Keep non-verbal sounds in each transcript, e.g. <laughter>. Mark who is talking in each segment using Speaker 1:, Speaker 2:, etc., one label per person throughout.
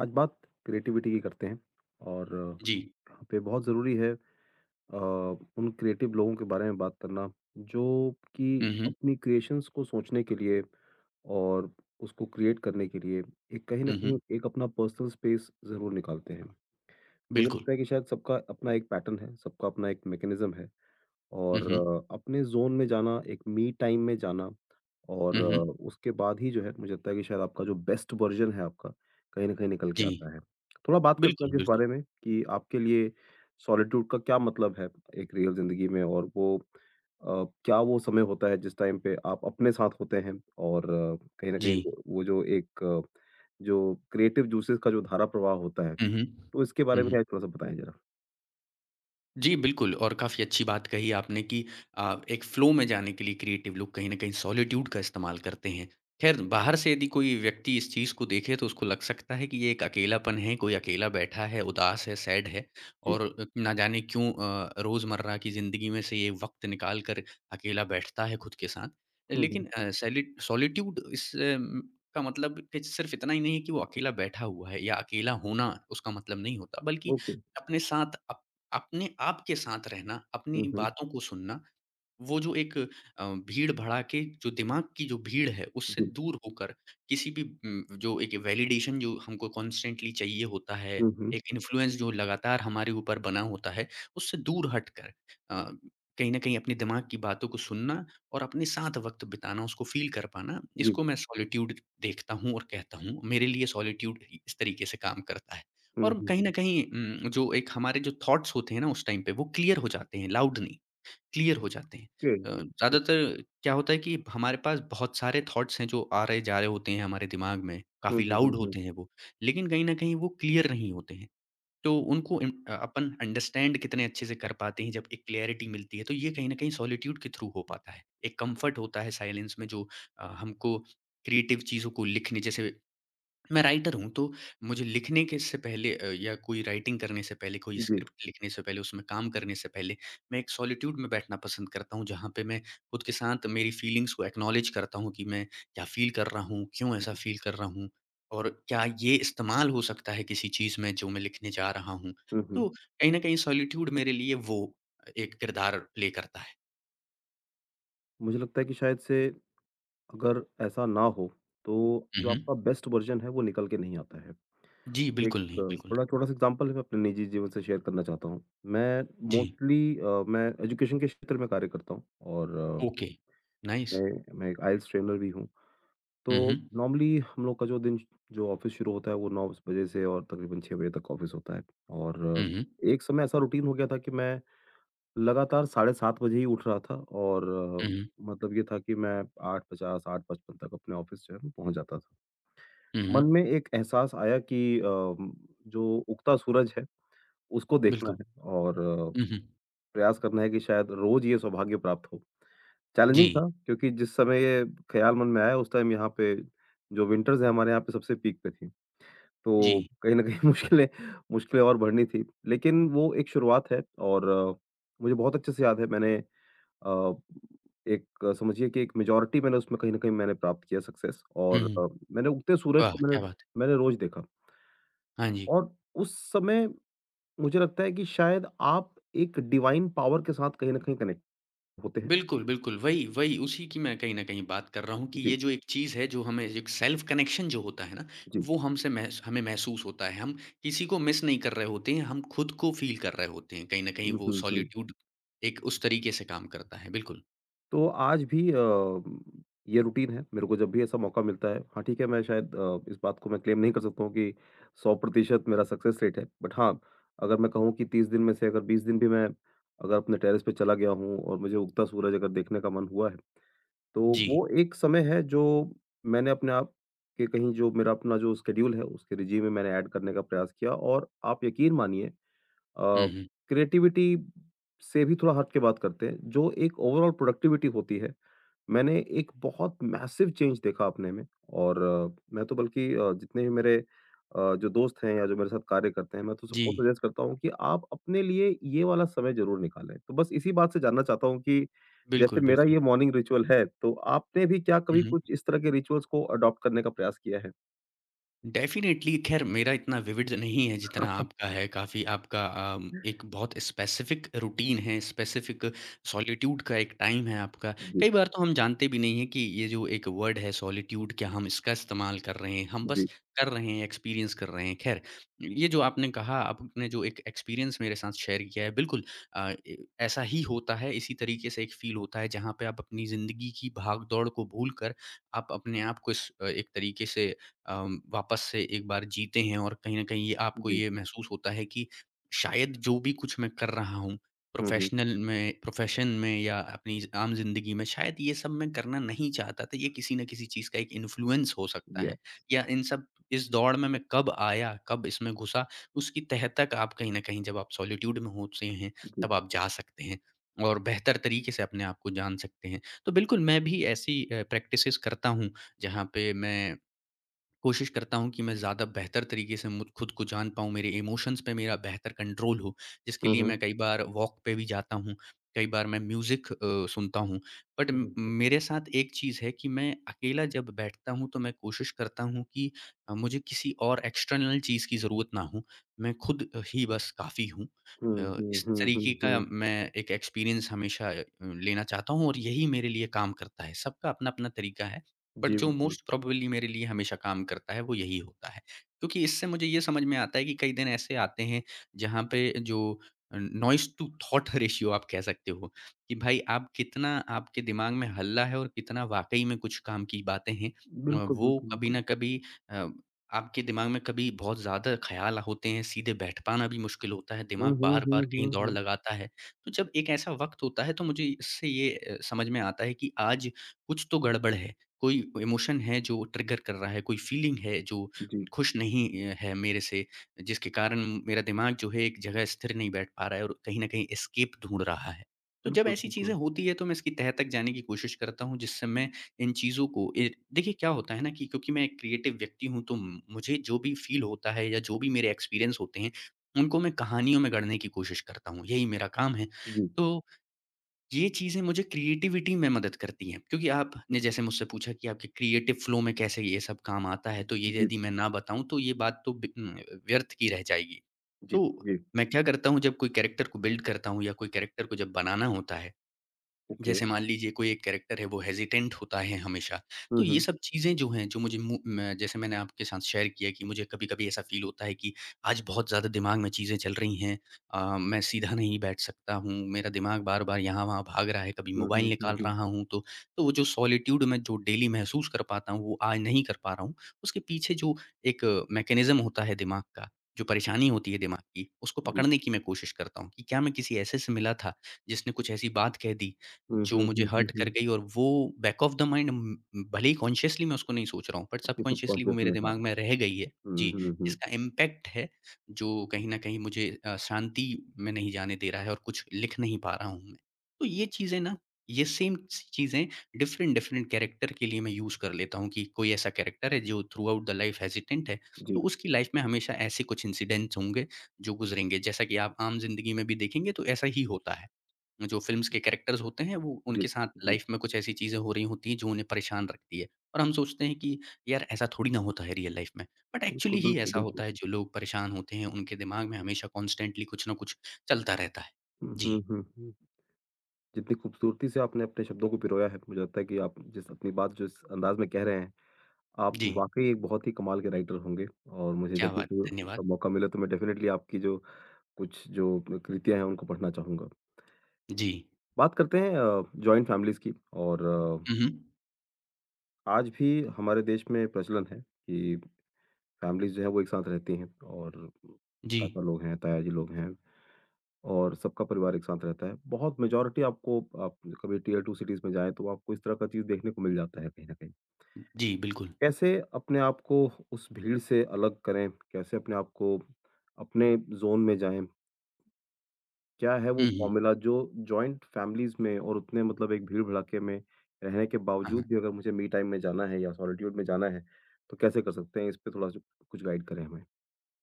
Speaker 1: आज बात क्रिएटिविटी की करते हैं और
Speaker 2: जी।
Speaker 1: यहाँ पे बहुत ज़रूरी है अ, उन क्रिएटिव लोगों के बारे में बात करना जो कि
Speaker 2: हुँ, हुँ।
Speaker 1: अपनी क्रिएशंस को सोचने के लिए और उसको क्रिएट करने के लिए एक कहीं न
Speaker 2: हुँ,
Speaker 1: कहीं
Speaker 2: हुँ।
Speaker 1: एक अपना पर्सनल स्पेस ज़रूर निकालते हैं। मुझे
Speaker 2: बिल्कुल।
Speaker 1: लगता है कि शायद सबका अपना एक पैटर्न है, सबका अपना एक मैकेनिज़्म है।
Speaker 2: हुँ,
Speaker 1: और
Speaker 2: हुँ।
Speaker 1: अपने ज़ोन में जाना, एक मी टाइम में जाना और
Speaker 2: हुँ, हुँ।
Speaker 1: उसके बाद ही जो है मुझे लगता है कि शायद आपका जो बेस्ट वर्ज़न है आपका, कहीं न कहीं निकल के
Speaker 2: जी।
Speaker 1: आता है। थोड़ा बात करते हैं अब
Speaker 2: बिल्कुल,
Speaker 1: इस
Speaker 2: बिल्कुल।
Speaker 1: बारे में कि आपके लिए सॉलिट्यूड का क्या मतलब है एक रियल ज़िंदगी में और वो क्या वो समय होता है जिस टाइम पे आप अपने साथ होते हैं और कहीं न कहीं
Speaker 2: जी।
Speaker 1: वो जो एक जो क्रिएटिव जूसेज़ का जो धारा प्रवाह होता है,
Speaker 2: हुँ, हुँ।
Speaker 1: तो इसके बारे
Speaker 2: हुँ,
Speaker 1: में
Speaker 2: हुँ।
Speaker 1: थोड़ा-सा बताएँ ज़रा?
Speaker 2: जी, बिल्कुल और काफ़ी अच्छी बात कही आपने कि एक फ़्लो में जाने के लिए क्रिएटिव लोग कहीं न कहीं सॉलिट्यूड का इस्तेमाल करते हैं। ख़ैर बाहर से यदि कोई व्यक्ति इस चीज़ को देखे तो उसको लग सकता है कि ये एक अकेलापन है, कोई अकेला बैठा है, उदास है, सैड है
Speaker 1: जी।
Speaker 2: और ना जाने क्यों रोज़मर्रा की ज़िंदगी में से ये वक़्त निकाल कर अकेला बैठता है खुद के साथ।
Speaker 1: हुँ, हुँ।
Speaker 2: लेकिन सैलिट सॉलिट्यूड का मतलब कुछ सिर्फ़ इतना ही नहीं है कि वो अकेला बैठा हुआ है या अकेला होना उसका मतलब नहीं होता, बल्कि
Speaker 1: ओके।
Speaker 2: अपने साथ अप अपने आप के साथ रहना, अपनी
Speaker 1: हुँ, हुँ।
Speaker 2: बातों को सुनना। वो जो एक भीड़-भड़ा के जो दिमाग की जो भीड़ है, उससे
Speaker 1: जी।
Speaker 2: दूर होकर किसी भी जो एक वैलिडेशन जो हमको कॉन्स्टेंटली चाहिए होता है,
Speaker 1: हुँ, हुँ।
Speaker 2: एक इन्फ्लुएंस जो लगातार हमारे ऊपर बना होता है, उससे दूर हटकर अ, कहीं न कहीं अपने दिमाग की बातों को सुनना और अपने साथ वक़्त बिताना, उसको फ़ील कर पाना,
Speaker 1: जी।
Speaker 2: इसको मैं सॉलिट्यूड देखता हूँ और कहता हूँ। मेरे लिए सॉलिट्यूड ही इस तरीके से काम करता है
Speaker 1: हुँ,
Speaker 2: और
Speaker 1: हुँ,
Speaker 2: कहीं न
Speaker 1: हुँ।
Speaker 2: कहीं जो एक हमारे जो थॉट्स होते हैं ना उस टाइम पे, वो क्लियर हो जाते हैं, लाउड नहीं। क्लियर हो जाते हैं।
Speaker 1: Okay, okay.
Speaker 2: ज़्यादातर क्या होता है कि हमारे पास बहुत सारे थॉट्स हैं जो आ रहे जा रहे होते हैं हमारे दिमाग में,
Speaker 1: हुँ,
Speaker 2: काफ़ी
Speaker 1: हुँ, हुँ,
Speaker 2: लाउड
Speaker 1: हुँ।
Speaker 2: होते हैं वो, लेकिन कहीं न कहीं वो क्लियर नहीं होते हैं। तो उनको इम अ, अपन अंडरस्टैंड कितने अच्छे से कर पाते हैं जब एक क्लैरिटी मिलती है, तो ये कहीं न कहीं सॉलिट्यूड के थ्रू हो पाता है। एक कम्फर्ट होता है साइलेंस में जो हमको क्रिएटिव चीज़ों को लिखने जैसे मैं राइटर हूँ, तो मुझे लिखने के से पहले या कोई राइटिंग करने से पहले, कोई
Speaker 1: जी,
Speaker 2: स्क्रिप्ट लिखने से पहले, उसमें काम करने से पहले, मैं एक सॉलिट्यूड में बैठना पसंद करता हूँ, जहाँ पे मैं खुद के साथ मेरी फीलिंग्स को एक्नॉलेज करता हूँ कि मैं क्या फ़ील कर रहा हूँ, क्यों ऐसा
Speaker 1: जी।
Speaker 2: फ़ील कर रहा हूँ और क्या ये इस्तेमाल हो सकता है किसी चीज़ में जो मैं लिखने जा रहा हूँ।
Speaker 1: हुँ, हुँ।
Speaker 2: तो कहीं न कहीं सॉलिट्यूड मेरे लिए वो एक किरदार प्ले करता है।
Speaker 1: मुझे लगता है कि शायद से अगर ऐसा ना हो, तो
Speaker 2: हुँ,
Speaker 1: जो
Speaker 2: हुँ।
Speaker 1: आपका बेस्ट वर्ज़न है, वो निकल के नहीं आता है।
Speaker 2: जी,
Speaker 1: एक
Speaker 2: बिल्कुल नहीं, बिल्कुल नहीं।
Speaker 1: बड़ा छोटा-सा एग्ज़ाम्पल मैं अपने निजी जीवन से शेयर करना चाहता हूँ। मैं
Speaker 2: जी,
Speaker 1: मोस्टली मैं एजुकेशन के क्षेत्र में कार्य करता हूँ और
Speaker 2: ओके, नाइस।
Speaker 1: मैं एक आईएलटीएस ट्रेनर भी हूँ। तो
Speaker 2: हुँ, हुँ।
Speaker 1: नॉर्मली हम लोग का जो दिन जो ऑफ़िस शुरू होता है, वो 9 बजे से और तकरीबन 6 बजे तक ऑफ़िस होता है और
Speaker 2: हुँ, हुँ।
Speaker 1: एक समय ऐसा रूटीन हो गया था कि मैं लगातार साढ़े 7 बजे ही उठ रहा था और अ,
Speaker 2: हुँ, हुँ।
Speaker 1: मतलब ये था कि मैं 8:50, 8:55 तक अपने ऑफ़िस जो है पहुँच जाता था।
Speaker 2: हुँ,
Speaker 1: मन
Speaker 2: हुँ।
Speaker 1: में एक एहसास आया कि जो उगता सूरज है, उसको देखना
Speaker 2: बिल्कुल।
Speaker 1: है और
Speaker 2: हुँ, हुँ।
Speaker 1: प्रयास करना है कि शायद रोज़ ये सौभाग्य प्राप्त हो। चैलेंजिंग
Speaker 2: जी,
Speaker 1: था क्योंकि जिस समय ये ख़्याल मन में आया उस टाइम यहाँ पे जो विंटर्स हैं हमारे यहाँ पे सबसे पीक पे थी।
Speaker 2: जी।
Speaker 1: तो कहीं न कहीं <laughs> मुश्किलें मुश्किलें और बढ़नी थी। लेकिन वो एक शुरुआत है और मुझे बहुत अच्छे से याद है मैंने अ, एक समझिए कि एक मेजॉरिटी मैंने उसमें कहीं न कहीं मैंने प्राप्त किया सक्सेस और
Speaker 2: हुँ,
Speaker 1: मैंने उगते सूरज
Speaker 2: वाह!
Speaker 1: को मैंने
Speaker 2: क्या बात है।
Speaker 1: मैंने रोज़ देखा
Speaker 2: हाँ जी।
Speaker 1: और उस समय मुझे लगता है कि शायद आप एक डिवाइन पावर के साथ कहीं न कहीं कनेक्ट होते हैं।
Speaker 2: बिल्कुल, बिल्कुल, वही वही उसी की मैं कहीं न कहीं बात कर रहा हूँ कि
Speaker 1: जी,
Speaker 2: ये जो एक चीज़ है जो हमें एक सेल्फ कनेक्शन जो होता है ना,
Speaker 1: जी।
Speaker 2: वो हमसे महस हमें महसूस होता है। हम किसी को मिस नहीं कर रहे होते हैं, हम खुद को फ़ील कर रहे होते हैं। कहीं न कहीं
Speaker 1: हुँ,
Speaker 2: वो
Speaker 1: हुँ, हुँ।
Speaker 2: सॉलिट्यूड एक उस तरीके से काम करता है। बिल्कुल।
Speaker 1: तो आज भी ये रूटीन है, मेरे को जब भी ऐसा मौका मिलता है। हाँ, ठीक है, मैं शायद इस बात को मैं क्लेम नहीं कर सकता हूँ कि 100% मेरा सक्सेस रेट है। बट हाँ, अगर मैं कहूँ कि 30 दिन में से अगर 20 दिन भी मैं अगर अपने टेरेस पे चला गया हूँ और मुझे उगता सूरज अगर देखने का मन हुआ है, तो
Speaker 2: जी।
Speaker 1: वो एक समय है जो मैंने अपने आप के कहीं जो मेरा अपना जो शेड्यूल है, उसके रिजीम में मैंने ऐड करने का प्रयास किया और आप यकीन मानिए अ,
Speaker 2: हुँ, हुँ।
Speaker 1: क्रिएटिविटी से भी थोड़ा हट के बात करते हैं, जो एक ओवरऑल प्रोडक्टिविटी होती है मैंने एक बहुत मैसिव चेंज देखा अपने में और मैं तो बल्कि जितने भी मेरे जो दोस्त हैं या जो मेरे साथ कार्य करते हैं, मैं तो
Speaker 2: जी।
Speaker 1: सबको सजेस्ट करता हूँ कि आप अपने लिए ये वाला समय ज़रूर निकालें। तो बस इसी बात से जानना चाहता हूँ कि जैसे
Speaker 2: बिल्कुल,
Speaker 1: मेरा
Speaker 2: बिल्कुल।
Speaker 1: ये मॉर्निंग रिचुअल है, तो आपने भी क्या
Speaker 2: हुँ,
Speaker 1: कभी
Speaker 2: हुँ।
Speaker 1: कुछ इस तरह के रिचुअल्स को अडॉप्ट करने का प्रयास किया है?
Speaker 2: डेफ़िनेटली, ख़ैर मेरा इतना विविड नहीं है जितना आपका
Speaker 1: <laughs>
Speaker 2: है, काफ़ी आपका एक बहुत स्पेसिफ़िक रूटीन है, स्पेसिफ़िक सॉलिट्यूड का एक टाइम है आपका।
Speaker 1: जी,
Speaker 2: कई बार तो हम जानते भी नहीं हैं कि ये जो एक वर्ड है सॉलिट्यूड क्या हम इसका इस्तेमाल कर रहे हैं, हम बस
Speaker 1: जी,
Speaker 2: कर रहे हैं, एक्सपीरियंस कर रहे हैं। ख़ैर, ये जो आपने कहा, आपने जो एक एक्सपीरियंस मेरे साथ शेयर किया है, बिल्कुल अ, ए ऐसा ही होता है, इसी तरीके से एक फ़ील होता है जहाँ पे आप अपनी ज़िंदगी की भाग-दौड़ को भूल कर आप अपने आप को इस एक तरीके से वापस से एक बार जीते हैं और कहीं न कहीं ये आपको
Speaker 1: जी।
Speaker 2: ये महसूस होता है कि शायद जो भी कुछ मैं कर रहा हूँ,
Speaker 1: हुँ, हुँ।
Speaker 2: प्रोफ़ेशन में या अपनी आम ज़िंदगी में शायद ये सब मैं करना नहीं चाहता था। ये किसी न किसी चीज़ का एक इन्फ्लुएंस हो सकता
Speaker 1: या
Speaker 2: है या इन सब इस दौड़ में मैं कब आया, कब इसमें घुसा, उसकी तह तक आप कहीं न कहीं जब आप सॉलिट्यूड में होते हैं,
Speaker 1: जी।
Speaker 2: तब आप जा सकते हैं और बेहतर तरीके से अपने आप को जान सकते हैं। तो बिल्कुल मैं भी ऐसी प्रैक्टिसेज़ करता हूँ, जहाँ पे मैं कोशिश करता हूँ कि मैं ज़्यादा बेहतर तरीके से मुझ खुद को जान पाऊँ, मेरे इमोशंस पे मेरा बेहतर कंट्रोल हो, जिसके
Speaker 1: हुँ,
Speaker 2: लिए
Speaker 1: हुँ।
Speaker 2: मैं कई बार वॉक पे भी जाता हूँ, कई बार मैं म्यूज़िक सुनता हूँ। बट म
Speaker 1: बिल्कुल।
Speaker 2: मेरे साथ एक चीज़ है कि मैं अकेला जब बैठता हूँ, तो मैं कोशिश करता हूँ कि मुझे किसी और एक्सटर्नल चीज़ की ज़रूरत ना हो, मैं खुद ही बस काफ़ी हूँ।
Speaker 1: हुँ, हुँ,
Speaker 2: इस
Speaker 1: हुँ, हुँ,
Speaker 2: तरीके का
Speaker 1: हुँ।
Speaker 2: मैं एक एक्सपीरियंस हमेशा लेना चाहता हूँ और यही मेरे लिए काम करता है। सबका अपना-अपना तरीका है। बट
Speaker 1: जी,
Speaker 2: जो
Speaker 1: बिल्कुल।
Speaker 2: मोस्ट प्रोबेबली मेरे लिए हमेशा काम करता है वो यही होता है। क्योंकि इससे मुझे ये समझ में आता है कि कई दिन ऐसे आते हैं जहाँ पे जो नॉइज़ टू थॉट रेशियो आप कह सकते हो कि भाई आप कितना आपके दिमाग में हल्ला है और कितना वाक़ई में कुछ काम की बातें हैं।
Speaker 1: बिल्कुल,
Speaker 2: वो
Speaker 1: बिल्कुल,
Speaker 2: कभी
Speaker 1: बिल्कुल।
Speaker 2: न कभी अ, आपके दिमाग में कभी बहुत ज़्यादा ख़्याल होते हैं, सीधे बैठ पाना भी मुश्किल होता है,
Speaker 1: हुँ,
Speaker 2: दिमाग
Speaker 1: हुँ,
Speaker 2: बार-बार
Speaker 1: हुँ,
Speaker 2: कहीं
Speaker 1: हुँ,
Speaker 2: दौड़
Speaker 1: हुँ।
Speaker 2: लगाता है। तो जब एक ऐसा वक़्त होता है तो मुझे इससे ये समझ में आता है कि आज कुछ तो गड़बड़ है। कोई इमोशन है जो ट्रिगर कर रहा है, कोई फीलिंग है जो
Speaker 1: जी,
Speaker 2: खुश नहीं है मेरे से, जिसके कारण मेरा दिमाग जो है एक जगह स्थिर नहीं बैठ पा रहा है और कहीं न कहीं एस्केप ढूँढ रहा है। तो जब
Speaker 1: बिल्कुल,
Speaker 2: ऐसी चीज़ें
Speaker 1: बिल्कुल।
Speaker 2: होती हैं तो मैं इसकी तह तक जाने की कोशिश करता हूँ जिससे मैं इन चीज़ों को ए देखिए क्या होता है ना कि क्योंकि मैं एक क्रिएटिव व्यक्ति हूँ तो मुझे जो भी फील होता है या जो भी मेरे एक्सपीरियंस होते हैं, उनको मैं कहानियों में गढ़ने की कोशिश करता हूँ, यही मेरा काम है।
Speaker 1: जी,
Speaker 2: तो ये चीज़ें मुझे क्रिएटिविटी में मदद करती हैं क्योंकि आपने जैसे मुझसे पूछा कि आपके क्रिएटिव फ्लो में कैसे ये सब काम आता है, तो ये
Speaker 1: जी,
Speaker 2: यदि मैं ना बताऊँ तो ये बात तो व्यर्थ की रह जाएगी।
Speaker 1: जी,
Speaker 2: तो
Speaker 1: जी,
Speaker 2: मैं क्या करता हूँ जब कोई कैरेक्टर को बिल्ड करता हूँ या कोई कैरेक्टर को जब बनाना होता है,
Speaker 1: ओके।
Speaker 2: जैसे मान लीजिए कोई एक कैरेक्टर है वो हेज़िटेंट होता है हमेशा,
Speaker 1: हुँ,
Speaker 2: तो ये
Speaker 1: हुँ।
Speaker 2: सब चीज़ें जो हैं जो मुझे मु मैं जैसे मैंने आपके साथ शेयर किया कि मुझे कभी-कभी ऐसा फ़ील होता है कि आज बहुत ज़्यादा दिमाग में चीज़ें चल रही हैं, मैं सीधा नहीं बैठ सकता हूँ, मेरा दिमाग बार-बार यहाँ-वहाँ भाग रहा है, कभी
Speaker 1: हुँ,
Speaker 2: मोबाइल
Speaker 1: हुँ, हुँ,
Speaker 2: निकाल
Speaker 1: हुँ।
Speaker 2: रहा हूँ तो वो जो सॉलिट्यूड मैं जो डेली महसूस कर पाता हूँ वो आज नहीं कर पा रहा हूँ। उसके पीछे जो एक मैकेनिज़्म होता है दिमाग का, जो परेशानी होती है दिमाग की, उसको
Speaker 1: जी।
Speaker 2: पकड़ने की मैं कोशिश करता हूँ कि क्या मैं किसी ऐसे से मिला था जिसने कुछ ऐसी बात कह दी
Speaker 1: हुँ,
Speaker 2: जो
Speaker 1: हुँ,
Speaker 2: मुझे
Speaker 1: हुँ, हुँ,
Speaker 2: हर्ट कर
Speaker 1: हुँ।
Speaker 2: गई और वो बैक ऑफ द माइंड म भले ही कॉन्शियसली मैं उसको नहीं सोच रहा हूँ, बट
Speaker 1: आपके
Speaker 2: सबकॉन्शियसली वो
Speaker 1: सबकॉन्शियस
Speaker 2: मेरे
Speaker 1: में, हाँ।
Speaker 2: दिमाग में रह गई है।
Speaker 1: हुँ,
Speaker 2: जी,
Speaker 1: हुँ, हुँ।
Speaker 2: जिसका इम्पैक्ट है जो कहीं न कहीं मुझे शांति में नहीं जाने दे रहा है और कुछ लिख नहीं पा रहा हूँ मैं। तो ये चीज़ें ना, ये सेम स चीज़ें डिफरेंट, डिफरेंट कैरेक्टर के लिए मैं यूज़ कर लेता हूँ कि कोई ऐसा कैरेक्टर है जो throughout the life hesitant है,
Speaker 1: जी,
Speaker 2: तो उसकी लाइफ में हमेशा ऐसे कुछ इंसिडेंट्स होंगे जो गुज़रेंगे। जैसा कि आप आम ज़िंदगी में भी देखेंगे तो ऐसा ही होता है। जो फ़िल्म्स के
Speaker 1: जी,
Speaker 2: कैरेक्टर्स होते हैं वो
Speaker 1: जी,
Speaker 2: उनके साथ
Speaker 1: जी।
Speaker 2: लाइफ़ में कुछ ऐसी चीज़ें हो रही होती हैं जो उन्हें परेशान रखती है। और हम सोचते हैं कि यार ऐसा थोड़ी ना होता है रियल लाइफ़ में। बट
Speaker 1: बिल्कुल,
Speaker 2: एक्चुअली ही
Speaker 1: बिल्कुल,
Speaker 2: ऐसा
Speaker 1: बिल्कुल।
Speaker 2: होता है जो लोग परेशान होते हैं उनके दिमाग में हमेशा कॉन्स्टेंटली कुछ ना कुछ चलता रहता है।
Speaker 1: हुँ,
Speaker 2: जी,
Speaker 1: हुँ, हुँ, हुँ। जितनी खूबसूरती से आपने अपने शब्दों को पिरोया है, मुझे लगता है कि आप जिस अपनी बात जिस अंदाज़ में कह रहे हैं, आप
Speaker 2: जी,
Speaker 1: वाक़ई एक बहुत ही कमाल के राइटर होंगे और मुझे
Speaker 2: क्या
Speaker 1: जब भी
Speaker 2: बात!
Speaker 1: कोई
Speaker 2: धन्यवाद।
Speaker 1: ऐसा मौका मिले तो मैं डेफ़िनेटली आपकी जो कुछ जो कृतियाँ हैं, उनको पढ़ना चाहूँगा।
Speaker 2: जी।
Speaker 1: बात करते हैं जॉइंट फैमिलीज़ की और अ,
Speaker 2: हुँ, हुँ।
Speaker 1: आज भी हमारे देश में प्रचलन है कि फैमिलीज़ जो हैं वो एक साथ रहती हैं और
Speaker 2: जी,
Speaker 1: चाचा लोग हैं, ताया जी लोग हैं और सबका परिवार एक साथ रहता है। बहुत मेजॉरिटी आपको आप कभी टियर 2 सिटीज़ में जाएँ तो आपको इस तरह का चीज़ देखने को मिल जाता है कहीं न कहीं।
Speaker 2: जी बिल्कुल।
Speaker 1: कैसे अपने आप को उस भीड़ से अलग करें? कैसे अपने आप को अपने ज़ोन में जाएँ? क्या है वो
Speaker 2: हुँ, हुँ।
Speaker 1: फ़ॉर्मूला जो जॉइंट फैमिलीज़ में और उतने मतलब एक भीड़-भड़ाके में रहने के
Speaker 2: हाँ,
Speaker 1: बावजूद
Speaker 2: हाँ।
Speaker 1: भी अगर मुझे मी टाइम में जाना है या सॉलिट्यूड में जाना है, तो कैसे कर सकते हैं? इस पे थोड़ा-सा कुछ गाइड करें हमें।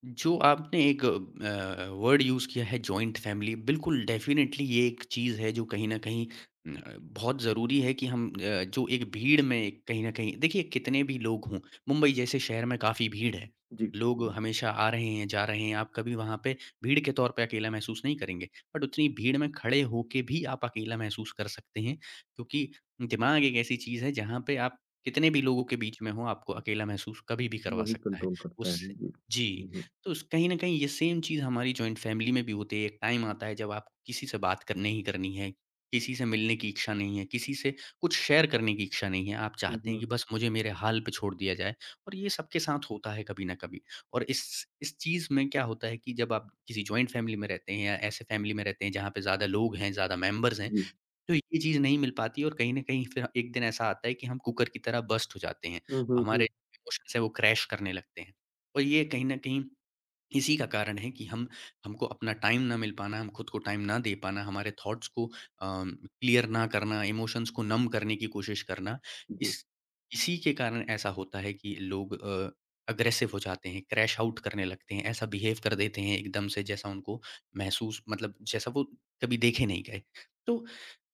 Speaker 2: जो आपने एक वर्ड यूज़ किया है जॉइंट फैमिली, बिल्कुल डेफ़िनेटली ये एक चीज़ है जो कहीं न कहीं बहुत ज़रूरी है कि हम जो एक भीड़ में कहीं न कहीं देखिए कितने भी लोग हों, मुंबई जैसे शहर में काफ़ी भीड़ है।
Speaker 1: जी।
Speaker 2: लोग
Speaker 1: हुँ,
Speaker 2: हमेशा आ रहे हैं, जा रहे हैं, आप कभी वहाँ पे भीड़ के तौर पे अकेला महसूस नहीं करेंगे। बट उतनी भीड़ में खड़े होके भी आप अकेला महसूस कर सकते हैं क्योंकि दिमाग एक ऐसी चीज़ है जहाँ पे आप कितने भी लोगों के बीच में हों, आपको अकेला महसूस कभी भी करवा
Speaker 1: वही
Speaker 2: सकता है।
Speaker 1: कंट्रोल करता है।
Speaker 2: उस
Speaker 1: जी। हुँ,
Speaker 2: जी।
Speaker 1: हुँ।
Speaker 2: तो स कहीं न कहीं ये सेम चीज़ हमारी जॉइंट फैमिली में भी होती है। एक टाइम आता है जब आपको किसी से बात करनी ही करनी है, किसी से मिलने की इच्छा नहीं है, किसी से कुछ शेयर करने की इच्छा नहीं है। आप
Speaker 1: हुँ,
Speaker 2: चाहते हैं
Speaker 1: हुँ।
Speaker 2: कि बस मुझे मेरे हाल पे छोड़ दिया जाए और ये सबके साथ होता है कभी न कभी। और इस इस चीज़ में क्या होता है कि जब आप किसी जॉइंट फैमिली में रहते हैं या ऐसे फैमिली में रहते हैं जहाँ पे ज़्यादा लोग हैं, ज़्यादा मेंबर्स हैं,
Speaker 1: जी।
Speaker 2: तो ये चीज़ नहीं मिल पाती और कहीं न कहीं फिर एक दिन ऐसा आता है कि हम कुकर की तरह बर्स्ट हो जाते हैं।
Speaker 1: हुँ, हुँ, हुँ।
Speaker 2: हमारे इमोशंस हैं वो क्रैश करने लगते हैं। और ये कहीं न कहीं इसी का कारण है कि हम हमको अपना टाइम ना मिल पाना, हम खुद को टाइम ना दे पाना, हमारे थॉट्स को अम, क्लियर ना करना, इमोशंस को नम करने की कोशिश करना,
Speaker 1: जी।
Speaker 2: इस इसी के कारण ऐसा होता है कि लोग अग्रेसिव हो जाते हैं, क्रैश आउट करने लगते हैं, ऐसा बिहेव कर देते हैं एकदम से जैसा उनको महसूस मतलब जैसा वो कभी देखे नहीं गए। तो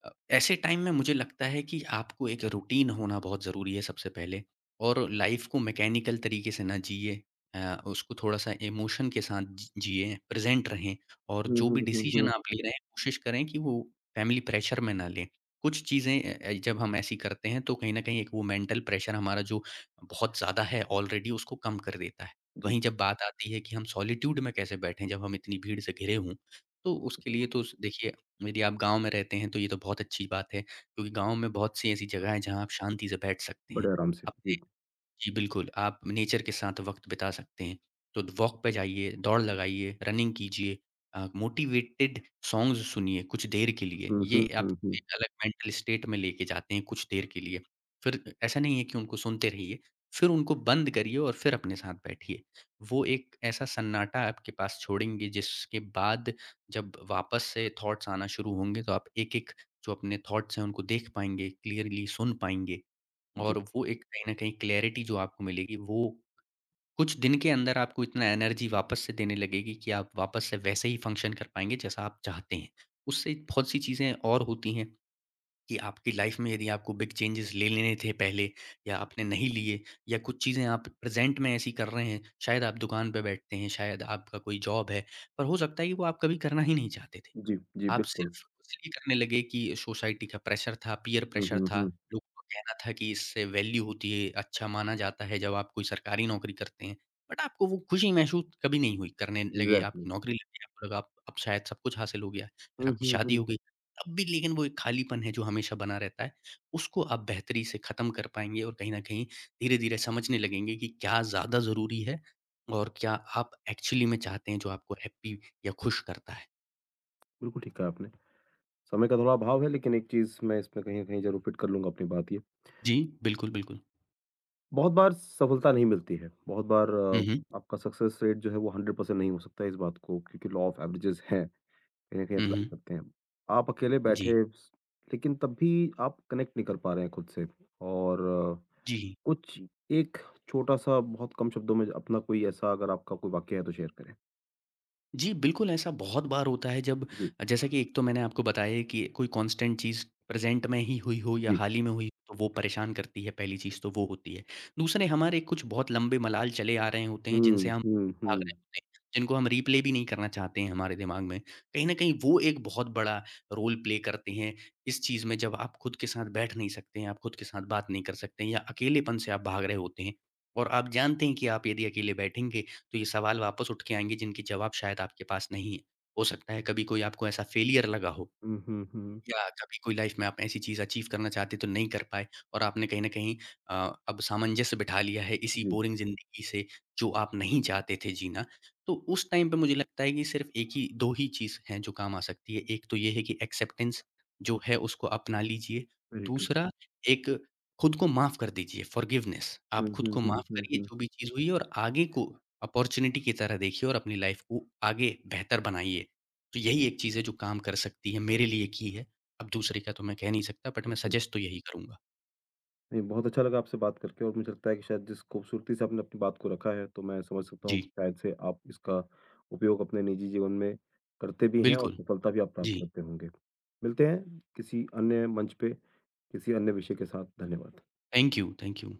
Speaker 2: ऐसे टाइम में मुझे लगता है कि आपको एक रूटीन होना बहुत ज़रूरी है सबसे पहले और लाइफ़ को मैकेनिकल तरीके से ना जिए। उसको थोड़ा-सा इमोशन के साथ जिएँ, प्रेज़ेंट रहें और
Speaker 1: हुँ,
Speaker 2: जो
Speaker 1: हुँ,
Speaker 2: भी
Speaker 1: हुँ,
Speaker 2: डिसीज़न
Speaker 1: हुँ।
Speaker 2: आप ले रहे हैं, कोशिश करें कि वो फैमिली प्रेशर में ना लें। कुछ चीज़ें जब हम ऐसी करते हैं, तो कहीं न कहीं एक वो मेंटल प्रेशर हमारा जो बहुत ज़्यादा है ऑलरेडी, उसको कम कर देता है।
Speaker 1: जी,
Speaker 2: वहीं जब बात आती है कि हम सॉलिट्यूड में कैसे बैठें, जब हम इतनी भीड़ से घिरे हों, तो उसके लिए तो स देखिए, यदि आप गाँव में रहते हैं, तो ये तो बहुत अच्छी बात है क्योंकि गाँव में बहुत सी ऐसी जगह हैं, जहाँ आप शांति से बैठ सकते हैं।
Speaker 1: बड़े आराम से।
Speaker 2: अपने
Speaker 1: जी।
Speaker 2: जी, बिल्कुल, आप नेचर के साथ वक़्त बिता सकते हैं। तो वॉक पे जाइए, दौड़ लगाइए, रनिंग कीजिए मोटिवेटेड सॉन्ग्स सुनिए कुछ देर के लिए।
Speaker 1: हुँ,
Speaker 2: ये
Speaker 1: हुँ, हुँ,
Speaker 2: आपको
Speaker 1: हुँ।
Speaker 2: एक अलग मेंटल स्टेट में लेके जाते हैं कुछ देर के लिए। फिर ऐसा नहीं है कि उनको सुनते रहिए, फिर उनको बंद करिए और फिर अपने साथ बैठिए। वो एक ऐसा सन्नाटा आपके पास छोड़ेंगे जिसके बाद जब वापस से थॉट्स आना शुरू होंगे तो आप एक-एक जो अपने थॉट्स हैं उनको देख पाएँगे, क्लियरली सुन पाएँगे।
Speaker 1: जी,
Speaker 2: और वो एक कहीं न कहीं क्लैरिटी जो आपको मिलेगी, वो कुछ दिन के अंदर आपको इतना एनर्जी वापस से देने लगेगी कि आप वापस से वैसे ही फ़ंक्शन कर पाएँगे जैसा आप चाहते हैं। उससे बहुत सी चीज़ें और होती हैं कि आपकी लाइफ़ में यदि आपको बिग चेंजेज़ ले लेने थे पहले या आपने नहीं लिए या कुछ चीज़ें आप प्रेज़ेंट में ऐसी कर रहे हैं, शायद आप दुकान पे बैठते हैं, शायद आपका कोई जॉब है, पर हो सकता है कि वो आप कभी करना ही नहीं चाहते थे।
Speaker 1: जी, जी,
Speaker 2: आप
Speaker 1: बिल्कुल।
Speaker 2: सिर्फ़ इसलिए करने लगे कि सोसाइटी का प्रेशर था, पीयर
Speaker 1: हुँ,
Speaker 2: प्रेशर
Speaker 1: हुँ,
Speaker 2: था,
Speaker 1: हुँ।
Speaker 2: लोगों का कहना था कि इससे वैल्यू होती है, अच्छा माना जाता है जब आप कोई सरकारी नौकरी करते हैं। बट आपको वो खुशी महसूस कभी नहीं हुई, करने लगे,
Speaker 1: इग्ज़ैक्टली।
Speaker 2: आपकी नौकरी लग गई, आपको लगा आप अब शायद सब कुछ हासिल हो गया, फिर
Speaker 1: हुँ,
Speaker 2: आपकी
Speaker 1: हुँ,
Speaker 2: शादी हो
Speaker 1: हुँ।
Speaker 2: गई। तब भी लेकिन वो एक खालीपन है जो हमेशा बना रहता है, उसको आप बेहतरी से ख़त्म कर पाएँगे और कहीं न कहीं धीरे-धीरे समझने लगेंगे कि क्या ज़्यादा ज़रूरी है और क्या आप एक्चुअली में चाहते हैं जो आपको हैप्पी या खुश करता है।
Speaker 1: बिल्कुल ठीक कहा आपने। समय का थोड़ा अभाव है लेकिन एक चीज़ मैं इसमें कहीं न कहीं ज़रूर फिट कर लूँगा अपनी बात।
Speaker 2: जी, बिल्कुल, बिल्कुल।
Speaker 1: बहुत बार सफलता नहीं मिलती है। बहुत बार
Speaker 2: हुँ, हुँ।
Speaker 1: आपका सक्सेस रेट जो है वो 100% नहीं हो सकता है इस बात को क्योंकि लॉ ऑफ एवरेजेस है, कहीं न कहीं
Speaker 2: हुँ,
Speaker 1: अप्लाई
Speaker 2: हुँ।
Speaker 1: करते हैं। आप अकेले
Speaker 2: जी।
Speaker 1: बैठे स- लेकिन तब भी आप कनेक्ट नहीं कर पा रहे हैं खुद से और
Speaker 2: जी।
Speaker 1: कुछ एक छोटा-सा बहुत कम शब्दों में अपना कोई ऐसा अगर आपका कोई वाक्य है तो शेयर करें?
Speaker 2: जी, बिल्कुल ऐसा बहुत बार होता है जब
Speaker 1: जी,
Speaker 2: जैसा कि एक तो मैंने आपको बताया है कि कोई कांस्टेंट चीज़ प्रेज़ेंट में ही हुई हो या
Speaker 1: जी।
Speaker 2: हाल ही में हुई हो, तो वो परेशान करती है, पहली चीज़ तो वो होती है। दूसरे हमारे कुछ बहुत लंबे मलाल चले आ रहे होते हैं जिनसे
Speaker 1: हुँ,
Speaker 2: हम
Speaker 1: हुँ,
Speaker 2: भाग
Speaker 1: हुँ।
Speaker 2: रहे होते हैं, जिनको हम रिप्ले भी नहीं करना चाहते हैं हमारे दिमाग में। कहीं न कहीं वो एक बहुत बड़ा रोल प्ले करते हैं इस चीज़ में जब आप खुद के साथ बैठ नहीं सकते हैं, आप खुद के साथ बात नहीं कर सकते हैं या अकेलेपन से आप भाग रहे होते हैं और आप जानते हैं कि आप यदि अकेले बैठेंगे तो ये सवाल वापस उठ के आएँगे जिनके जवाब शायद आपके पास नहीं है। हो सकता है कभी कोई आपको ऐसा फेलियर लगा हो
Speaker 1: हुँ, हुँ, हुँ।
Speaker 2: या कभी कोई लाइफ में आप ऐसी चीज़ अचीव करना चाहते तो नहीं कर पाए और आपने कहीं न कहीं अ, अब सामंजस्य बिठा लिया है इसी
Speaker 1: जी,
Speaker 2: बोरिंग ज़िंदगी से जो आप नहीं चाहते थे जीना। तो उस टाइम पे मुझे लगता है कि सिर्फ़ एक ही 2 ही चीज़ हैं जो काम आ सकती है। एक तो ये है कि एक्सेप्टेंस जो है उसको अपना लीजिए।
Speaker 1: Very true.
Speaker 2: दूसरा एक खुद को माफ़ कर दीजिए फॉरगिवनेस।
Speaker 1: हुँ,
Speaker 2: आप खुद
Speaker 1: हुँ,
Speaker 2: को
Speaker 1: हुँ,
Speaker 2: माफ़
Speaker 1: हुँ,
Speaker 2: करिए
Speaker 1: हुँ।
Speaker 2: जो भी चीज़ हुई है और आगे को अपॉर्च्युनिटी की तरह देखिए और अपनी लाइफ़ को आगे बेहतर बनाइए। तो यही एक चीज़ है जो काम कर सकती है, मेरे लिए की है। अब दूसरे का तो मैं कह नहीं सकता बट मैं
Speaker 1: बिल्कुल।
Speaker 2: सजेस्ट तो यही करूँगा।
Speaker 1: नहीं, बहुत अच्छा लगा आपसे बात करके और मुझे लगता है कि शायद जिस खूबसूरती से आपने अपनी बात को रखा है, तो मैं समझ सकता हूँ
Speaker 2: जी,
Speaker 1: शायद से आप इसका उपयोग अपने निजी जीवन में करते भी हैं और
Speaker 2: बिल्कुल।
Speaker 1: सफलता भी आप प्राप्त
Speaker 2: जी,
Speaker 1: करते होंगे। मिलते हैं किसी अन्य मंच पे, किसी अन्य विषय के साथ। धन्यवाद।
Speaker 2: Thank you, thank you.